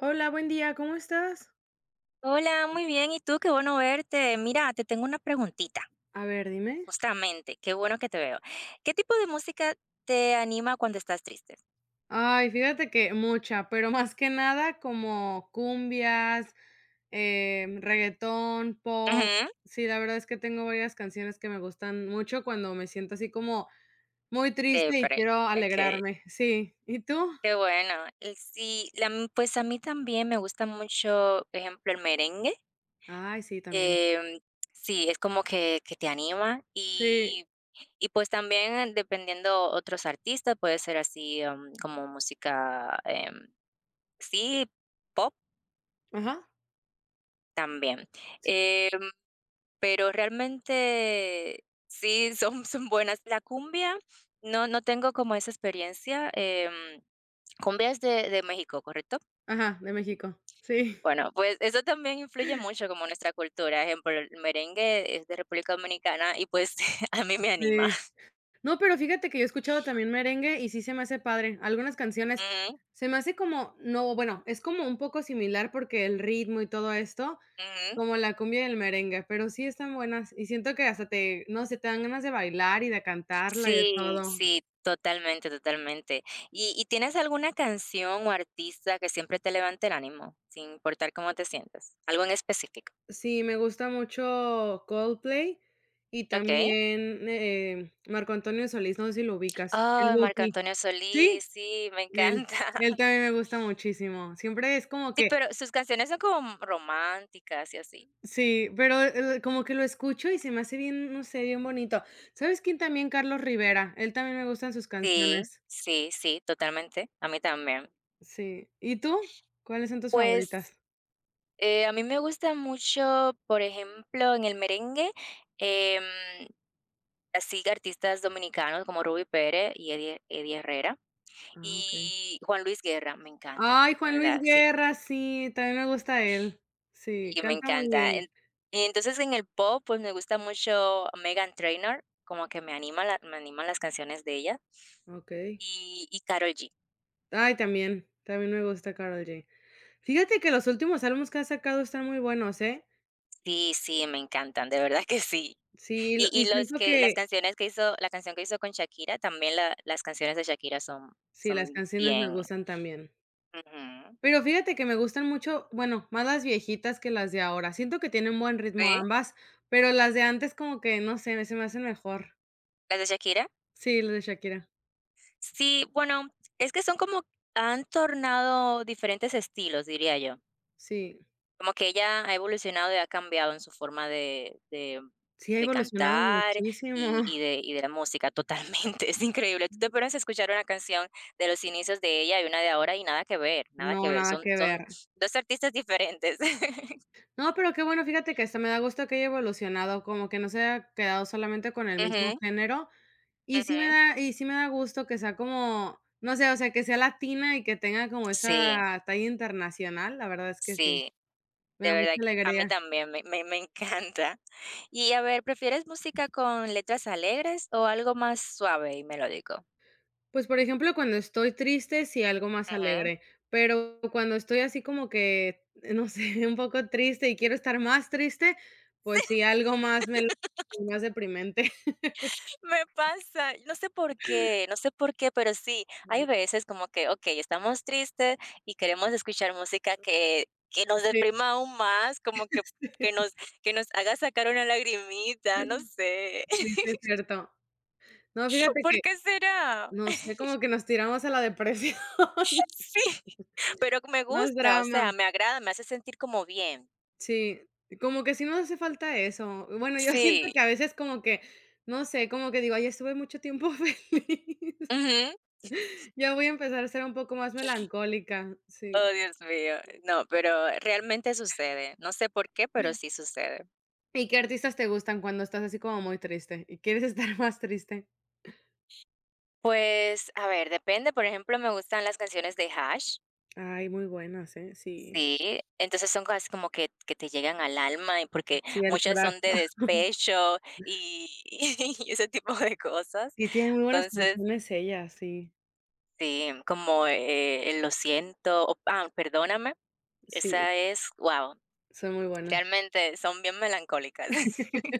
Hola, buen día, ¿cómo estás? Hola, muy bien. ¿Y tú? Qué bueno verte. Mira, te tengo una preguntita, A ver, dime. justamente. Qué bueno que te veo. ¿Qué tipo de música te anima cuando estás triste? Ay, fíjate que mucha, pero más que nada como cumbias, reggaetón, pop. Ujú, Sí, la verdad es que tengo varias canciones que me gustan mucho cuando me siento así como muy triste y siempre. quiero Okey, alegrarme. Sí, ¿y tú? qué bueno. Sí, la m pues a mí también me gusta mucho, por ejemplo, el merengue. Ay, sí, también. Em, sí, es como que te anima Sí, y pues también dependiendo otros artistas, puede ser así, como música, sí, pop ajá. también. Sí, Em Pero realmente sí, son buenas. La cumbia, no tengo como esa experiencia, cumbia es de México, ¿correcto? ajá, de México. Sí, Bueno, pues eso también influye mucho como nuestra cultura, ejemplo, el merengue es de República Dominicana y, pues, a mí me anima. sí. No, pero fíjate que yo he escuchado también merengue y sí se me hace padre. Algunas canciones Ujú, se me hace como no, bueno, es como un poco similar porque el ritmo y todo esto, ujú. como la cumbia y el merengue, pero sí están buenas y siento que hasta te, no sé, te dan ganas de bailar y de cantarla y de Sí, todo. sí, totalmente, totalmente. ¿Y tienes alguna canción o artista que siempre te levante el ánimo, sin importar cómo te sientas? Algo en específico. Sí, me gusta mucho Coldplay y Okey. también, Marco Antonio Solís, no sé si lo ubicas, el Ay, Marco Buki. Antonio Solís, Sí, sí, me él encanta. él también me gusta muchísimo. Siempre es como Sí, que pero sus canciones son como románticas y así. sí, pero, como que lo escucho y se me hace bien, no sé, bien bonito. ¿Sabes quién también? Carlos Rivera, él también me gustan sus Sí, canciones. sí, sí, totalmente. A mí también. Sí, ¿y tú? ¿Cuáles son tus Pues, favoritas? A mí me gusta mucho, por ejemplo, en el merengue, em, así artistas dominicanos como Ruby Pérez y Eddie Herrera Ah, okey. y Juan Luis Guerra, me encanta, Ay, de Juan Luis verdad, sí. Guerra, sí, también me gusta él. Sí, Sí, me canta muy encanta. bien. En Y entonces, en el pop, pues, me gusta mucho Megan Trainor, como que me animan las canciones de ella, Okey. Y Karol G. Ay, también, también me gusta Karol G. Fíjate que los últimos álbumes que ha sacado están muy buenos, ¿eh? Sí, sí, me encantan, de verdad que sí. Sí, lo y Y los siento que las que canciones que hizo La canción que hizo con Shakira, también la las canciones de Shakira son sí, las son canciones me bien gustan también. ujú. Pero fíjate que me gustan mucho, bueno, más las viejitas que las de ahora. Siento que tienen buen ritmo ¿Sí? ambas, pero las de antes como que, no sé, se me hacen mejor. ¿Las de Shakira? Sí, las de Shakira. Sí, bueno, es que son como han tornado diferentes estilos, diría yo. Sí, Como que ella ha evolucionado y ha cambiado en su forma sí ha de evolucionado cantar muchísimo. y, y de la música totalmente. Es increíble. Tú te pones a escuchar una canción de los inicios de ella y una de ahora y nada que ver, nada No, que ver. nada que Son ver. dos artistas diferentes. No, pero qué bueno, fíjate que hasta me da gusto que haya evolucionado, como que no se haya quedado solamente con el mismo Ujú, género. Y sí me ujú. da, y sí me da gusto que sea como, no sé, o sea, que sea latina y que tenga como Sí, esa talla internacional, la verdad es que sí, sí. me da De mucha verdad que a mí alegría. también me encanta. Y a ver, ¿prefieres música con letras alegres o algo más suave y melódico? Pues, por ejemplo, cuando estoy triste, sí, algo más Ujú. alegre, pero cuando estoy así como que, no sé, un poco triste y quiero estar más triste, pues sí, algo más melo más deprimente. Me pasa, no sé por qué, no sé por qué, pero sí, hay veces como que, okey, estamos tristes y queremos escuchar música que nos Sí, deprima aún más, como que nos que nos haga sacar una lagrimita, no sé. sí, sí es cierto. No, fíjate ¿Por que, qué será? no sé, como que nos tiramos a la depresión, Sí, pero me más gusta, o drama. sea, me agrada, me hace sentir como bien. Sí, como que sí nos hace falta eso. Bueno, yo siento Sí, que a veces como que, no sé, como que digo: "Ay, estuve mucho tiempo feliz". ujú. Ya voy a empezar a ser un poco más melancólica, Oh, sí. Dios mío. No, pero realmente sucede. No sé por qué, pero sí sucede. ¿Y qué artistas te gustan cuando estás así como muy triste y quieres estar más triste? Pues, a ver, depende, por ejemplo, me gustan las canciones de Hash, Ay, muy buenas, ¿eh? Sí, sí, entonces son cosas como que te llegan al alma, y porque sí, el muchas corazón. son de despecho y y ese tipo de cosas. Y tiene muy buenas Entonces, canciones ella, sí, sí, como, el Lo siento, o ah, Perdóname, sí, esa es, wow. son muy buenas. Realmente son bien melancólicas.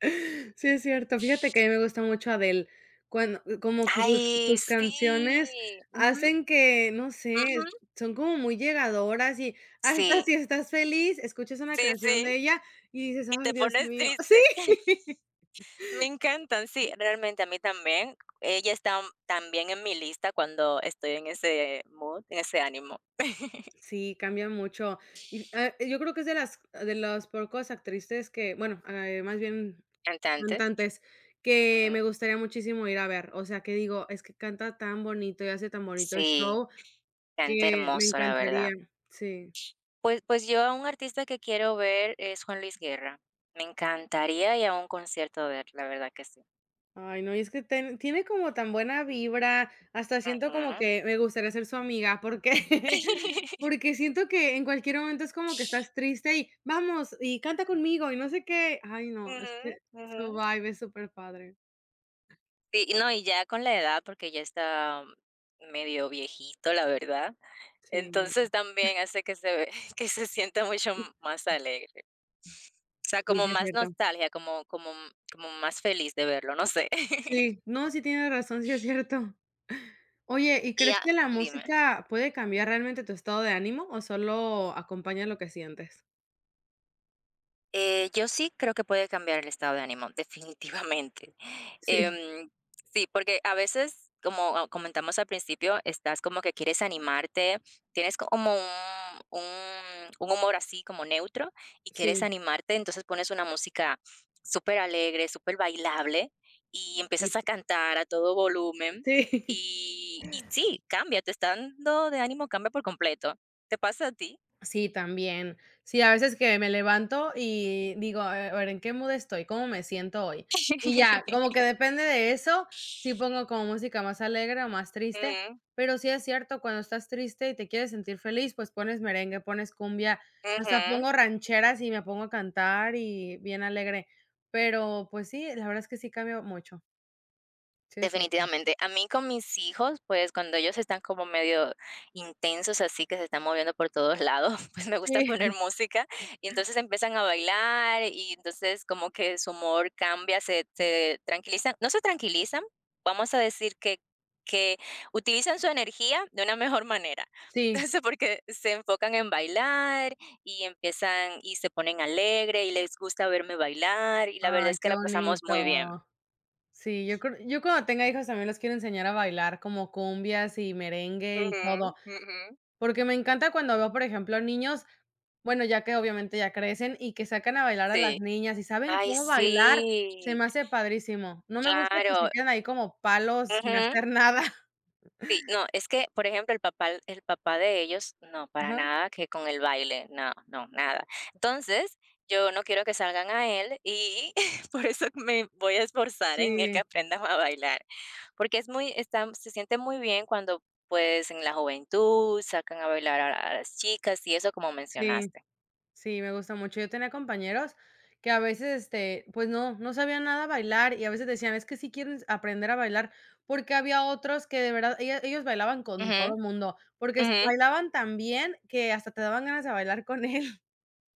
Sí, es cierto. Fíjate que a mí me gusta mucho Adele, cuando como que sus Ay, sus canciones sí, ujú, hacen que, no sé, ujú, son como muy llegadoras y hasta sí, si estás feliz, escuchas una sí, canción sí, de ella y dices: y "Ay, te Dios pones mío". Sí. triste. Me encantan, sí, realmente a mí también. Ella está también en mi lista cuando estoy en ese mood, en ese ánimo. Sí, cambia mucho. Y, yo creo que es de los pocos actrices que, bueno, más bien Cantante. cantantes, que me Ujú. gustaría muchísimo ir a ver. O sea, que digo, es que canta tan bonito y hace tan bonito el Sí, show canta que me hermoso, la verdad. encantaría. Sí. Pues yo a un artista que quiero ver es Juan Luis Guerra. Me encantaría ir a un concierto de él, la verdad que sí. Ay, no, y es que tiene como tan buena vibra, hasta siento como Ujú. que me gustaría ser su amiga, porque, porque siento que en cualquier momento es como que estás triste y vamos, y canta conmigo y no sé qué. Ay, no, es Ujú, que ujú. su vibe es súper padre. Sí, y no, y ya con la edad, porque ya está medio viejito, la verdad. Sí, Entonces también hace que se ve que se sienta mucho más alegre. O sea, sí, como sí es más cierto. nostalgia, como como más feliz de verlo, no sé. Sí, no, sí tienes razón, sí es cierto. Oye, ¿y Y crees a que la Dime. música puede cambiar realmente tu estado de ánimo o solo acompaña lo que sientes? Yo sí creo que puede cambiar el estado de ánimo, definitivamente. Sí, Em, sí, porque a veces, como ah, comentamos al principio, estás como que quieres animarte, tienes como un humor así como neutro y quieres sí, animarte, entonces pones una música súper alegre, súper bailable y y empiezas a cantar a todo volumen sí. Y sí, tu estado de ánimo cambia por completo. ¿Te pasa a ti? Sí, también. Sí, a veces que me levanto y digo: "A ver, ¿en qué mood estoy? ¿Cómo me siento hoy?". Y ya, como que depende de eso, sí pongo como música más alegre o más triste, Ujú, pero sí es cierto, cuando estás triste y te quieres sentir feliz, pues pones merengue, pones cumbia, hasta ujú. pongo rancheras y me pongo a cantar y bien alegre. Pero, pues sí, la verdad es que sí cambia mucho. Sí, es cierto. Definitivamente. A mí con mis hijos, pues cuando ellos están como medio intensos, así que se están moviendo por todos lados, pues me gusta Sí, poner música y entonces empiezan a bailar y entonces como que su humor cambia, se tranquilizan, no se tranquilizan, vamos a decir que utilizan su energía de una mejor manera. sí. Entonces, porque se enfocan en bailar y empiezan y se ponen alegre y les gusta verme bailar y la verdad Ay, es que qué la pasamos muy bien. bonito. Sí, yo cuando tenga hijos también los quiero enseñar a bailar como cumbias y merengue y todo, Ujú, ujú. porque me encanta cuando veo, por ejemplo, niños, bueno, ya que obviamente ya crecen y que sacan a bailar a las Sí. niñas y saben Ay, cómo bailar, se sí, me hace padrísimo. No me gusta que se claro. queden ahí como palos sin Ujú. hacer nada. Sí, no, es que, por ejemplo, el papá de ellos, no, para Ajá. nada que con el baile, no, no, nada. Entonces, yo no quiero que salgan a él y por eso me voy a esforzar en el que Sí, aprendan a bailar, porque es muy está se siente muy bien cuando, pues, en la juventud sacan a bailar a las chicas y eso, como sí. mencionaste. Sí, me gusta mucho. Yo tenía compañeros que a veces, este, pues no, no sabían nada bailar y a veces decían, es que sí quieren aprender a bailar, porque había otros que de verdad, ellos bailaban con Ujú, todo el mundo, porque ujú, bailaban tan bien que hasta te daban ganas de bailar con él.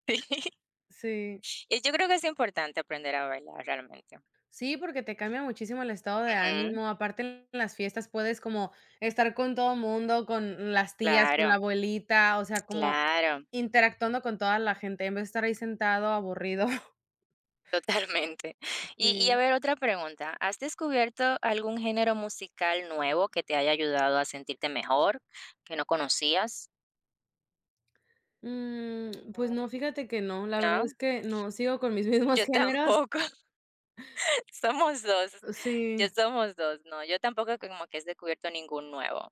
sí. Sí. Y yo creo que es importante aprender a bailar realmente. Sí, porque te cambia muchísimo el estado de Ujú. ánimo. Aparte, en las fiestas puedes como estar con todo el mundo, con las tías, con la Claro, abuelita, o sea, como claro, interactuando con toda la gente en vez de estar ahí sentado aburrido. totalmente. Y a Sí. ver, otra pregunta, ¿has descubierto algún género musical nuevo que te haya ayudado a sentirte mejor, que no conocías? Mm, pues Mm, no, fíjate que no, la verdad es no, que no, sigo con mis mismos yo géneros. tampoco, somos 2. Yo Sí, somos 2. No, yo tampoco como que he descubierto ningún nuevo.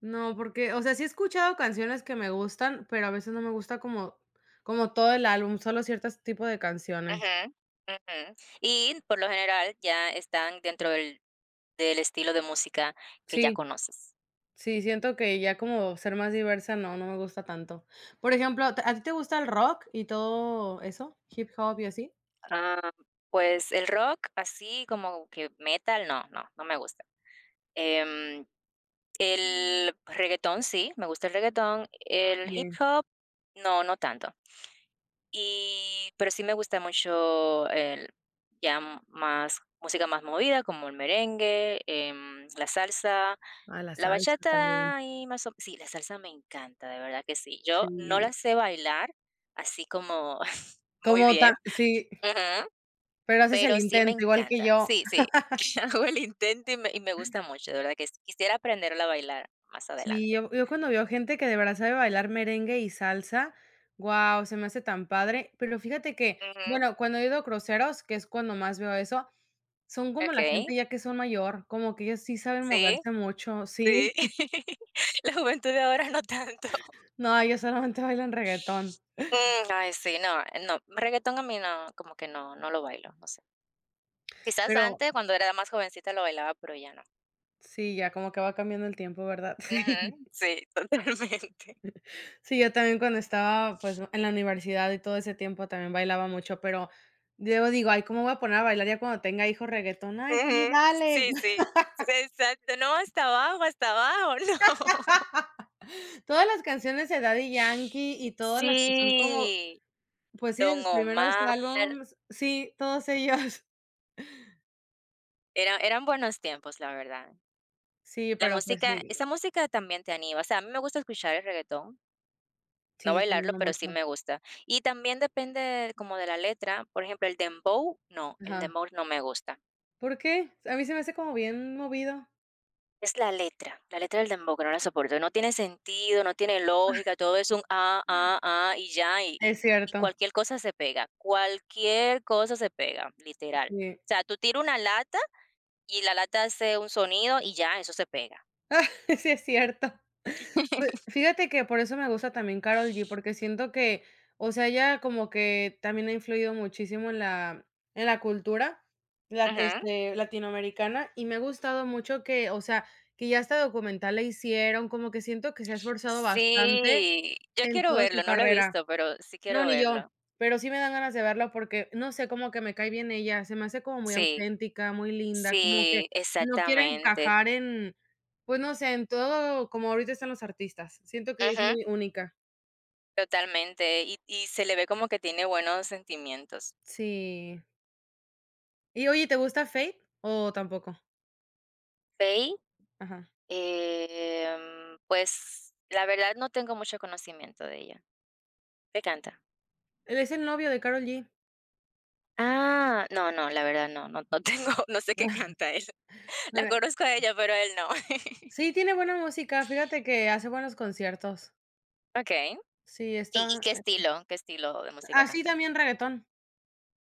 no, porque, o sea, sí he escuchado canciones que me gustan, pero a veces no me gusta como, como todo el álbum, solo ciertos tipos de canciones. Ujú, ujú. Y por lo general ya están dentro del estilo de música que ya Sí, conoces. sí, siento que ya como ser más diversa, no, no me gusta tanto. Por ejemplo, ¿a ti te gusta el rock y todo eso? Hip hop y así. Ah, pues el rock, así como que metal, no, no, no me gusta. Em, el reguetón sí, me gusta el reguetón, el hip Bien, hop no, no tanto. Y, pero sí me gusta mucho el ya m más música más movida, como el merengue, la salsa, a la la salsa también. bachata y más o sí, la salsa me encanta, de verdad que sí. Yo no la Sí, sé bailar así como muy bien. sí, Ujú. pero haces el Pero sí me intento, igual que encanta. yo. Sí, sí. Hago el intento y me gusta mucho, de verdad que sí. Quisiera aprenderla a bailar más Sí, adelante. yo cuando veo gente que de verdad sabe bailar merengue y salsa, guau, se me hace tan padre. Pero fíjate que, Ujú. bueno, cuando he ido a cruceros, que es cuando más veo eso, son como la Okey. gente ya que son mayor, como que ellos sí saben Sí, moverse mucho, sí. sí. La juventud de ahora no tanto. No, ellos solamente bailan reggaetón. Mm, ay, sí, no, no, reguetón a mí no, como que no, no lo bailo, no sé. Quizás Pero antes, cuando era más jovencita lo bailaba, pero ya no. sí, ya como que va cambiando el tiempo, ¿verdad? Sí. Ujú. Sí, totalmente. Sí, yo también cuando estaba, pues, en la universidad y todo ese tiempo también bailaba mucho, pero luego digo: "Ay, ¿cómo voy a poner a bailar ya cuando tenga hijos reggaetón. Ay, sí, Ujú. dale". Sí, sí. Exacto. No, hasta abajo, no. Todas las canciones de Daddy Yankee y todas las que son como, Sí, pues sí, de Don sus primeros Omar, álbums, sí, todos ellos. Eran buenos tiempos, la verdad. Sí, La pero pues música sí, esa música también te anima, o sea, a mí me gusta escuchar el reggaetón, no sí, sí, te bailarlo, animo pero mucho. sí me gusta. Y también depende como de la letra, por ejemplo, el Ajá. dembow no me gusta. ¿Por qué? A mí se me hace como bien movido. Es la letra del dembow que no la soporto, no tiene sentido, no tiene lógica, todo es un ah, ah, ah, y ya, Es y cierto, cualquier cosa se pega, cualquier cosa se pega, literal. sí. O sea, tú tiras una lata y la lata hace un sonido y ya, eso se pega. Sí, es cierto. Pues, fíjate que por eso me gusta también Karol G, porque siento que, o sea, ella como que también ha influido muchísimo en la cultura la Ujú. este, latinoamericana, y me ha gustado mucho que, o sea, que ya hasta documental le hicieron, como que siento que se ha esforzado bastante Sí, yo en quiero toda su verlo, no lo he carrera. visto, pero sí No, quiero ni yo, verlo. pero sí me dan ganas de verla porque, no sé, como que me cae bien ella, se me hace como muy Sí, auténtica, muy linda, como que sí, no quiere exactamente. encajar en, pues, no sé, en todo como ahorita están los artistas. Siento que es Ujú, muy única. totalmente. Y se le ve como que tiene buenos sentimientos. Sí. Y oye, ¿te gusta Fate o tampoco? Fey, Ajá. Pues, la verdad no tengo mucho conocimiento de ella. ¿Qué canta? Él es el novio de Karol G. Ah, no, no, la verdad no, no tengo, no sé qué canta él. La Bueno, conozco a ella, pero a él no. sí, tiene buena música, fíjate que hace buenos conciertos. Okey. Sí, Y está qué estilo de música sí, canta? también reggaetón.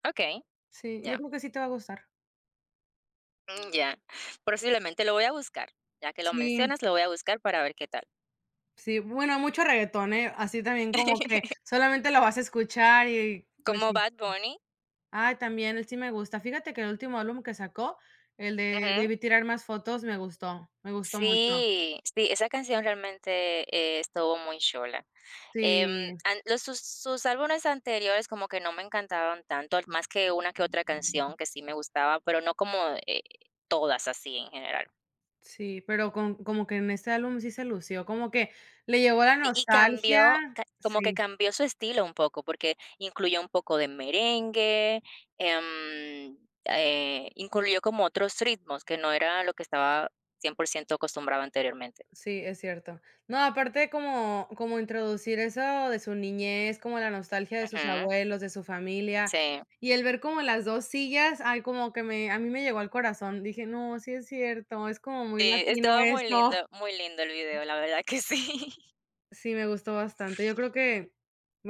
Okey, Sí, yo ya, creo que sí te va a gustar. mm, ya. Posiblemente lo voy a buscar, ya que lo Sí. mencionas, lo voy a buscar para ver qué tal. Sí, bueno, hay mucho reggaetón, ¿eh? Así también como que solamente lo vas a escuchar y pues Como sí. Bad Bunny. Ah, también él sí me gusta. Fíjate que el último álbum que sacó, el de Ujú. Debí tirar más fotos, me gustó mucho. Sí, sí, esa canción realmente, estuvo muy chola. Em, Sí, an Los sus álbumes anteriores como que no me encantaban tanto, más que una que otra canción que sí me gustaba, pero no como, todas así en general. sí, pero con como que en este álbum sí se lució, como que le llegó la Y nostalgia. cambió, ca Como que Sí. cambió su estilo un poco, porque incluyó un poco de merengue, em, incluyó como otros ritmos que no era lo que estaba 100% acostumbrado anteriormente. Sí, es cierto. No, aparte como introducir eso de su niñez, como la nostalgia de sus Ujú, abuelos, de su familia, sí. y el ver como las 2 sillas, ay, como que me a mí me llegó al corazón. Dije: "No, sí es cierto, es como muy Sí, latino estaba eso". Muy lindo el video, la verdad que sí. Sí, me gustó bastante. Yo creo que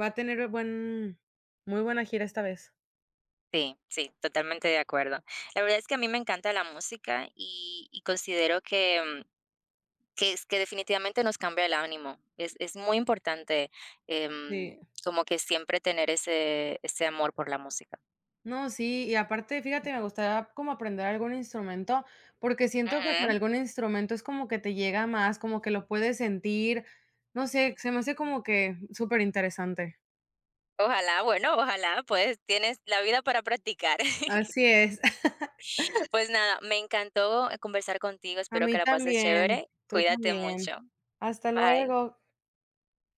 va a tener buen muy buena gira esta vez. Sí, sí, totalmente de acuerdo. La verdad es que a mí me encanta la música y considero que que es que definitivamente nos cambia el ánimo. Es muy importante, em, Sí. como que siempre tener ese ese amor por la música. No, sí, y aparte, fíjate, me gustaría como aprender algún instrumento, porque siento que con Ujú. algún instrumento es como que te llega más, como que lo puedes sentir, no sé, se me hace como que súper interesante. Ojalá, bueno, ojalá, pues, tienes la vida para practicar. Así es. Pues nada, me encantó conversar contigo, A espero mí que la pases también, chévere. tú Cuídate también. mucho. Hasta Bye. luego.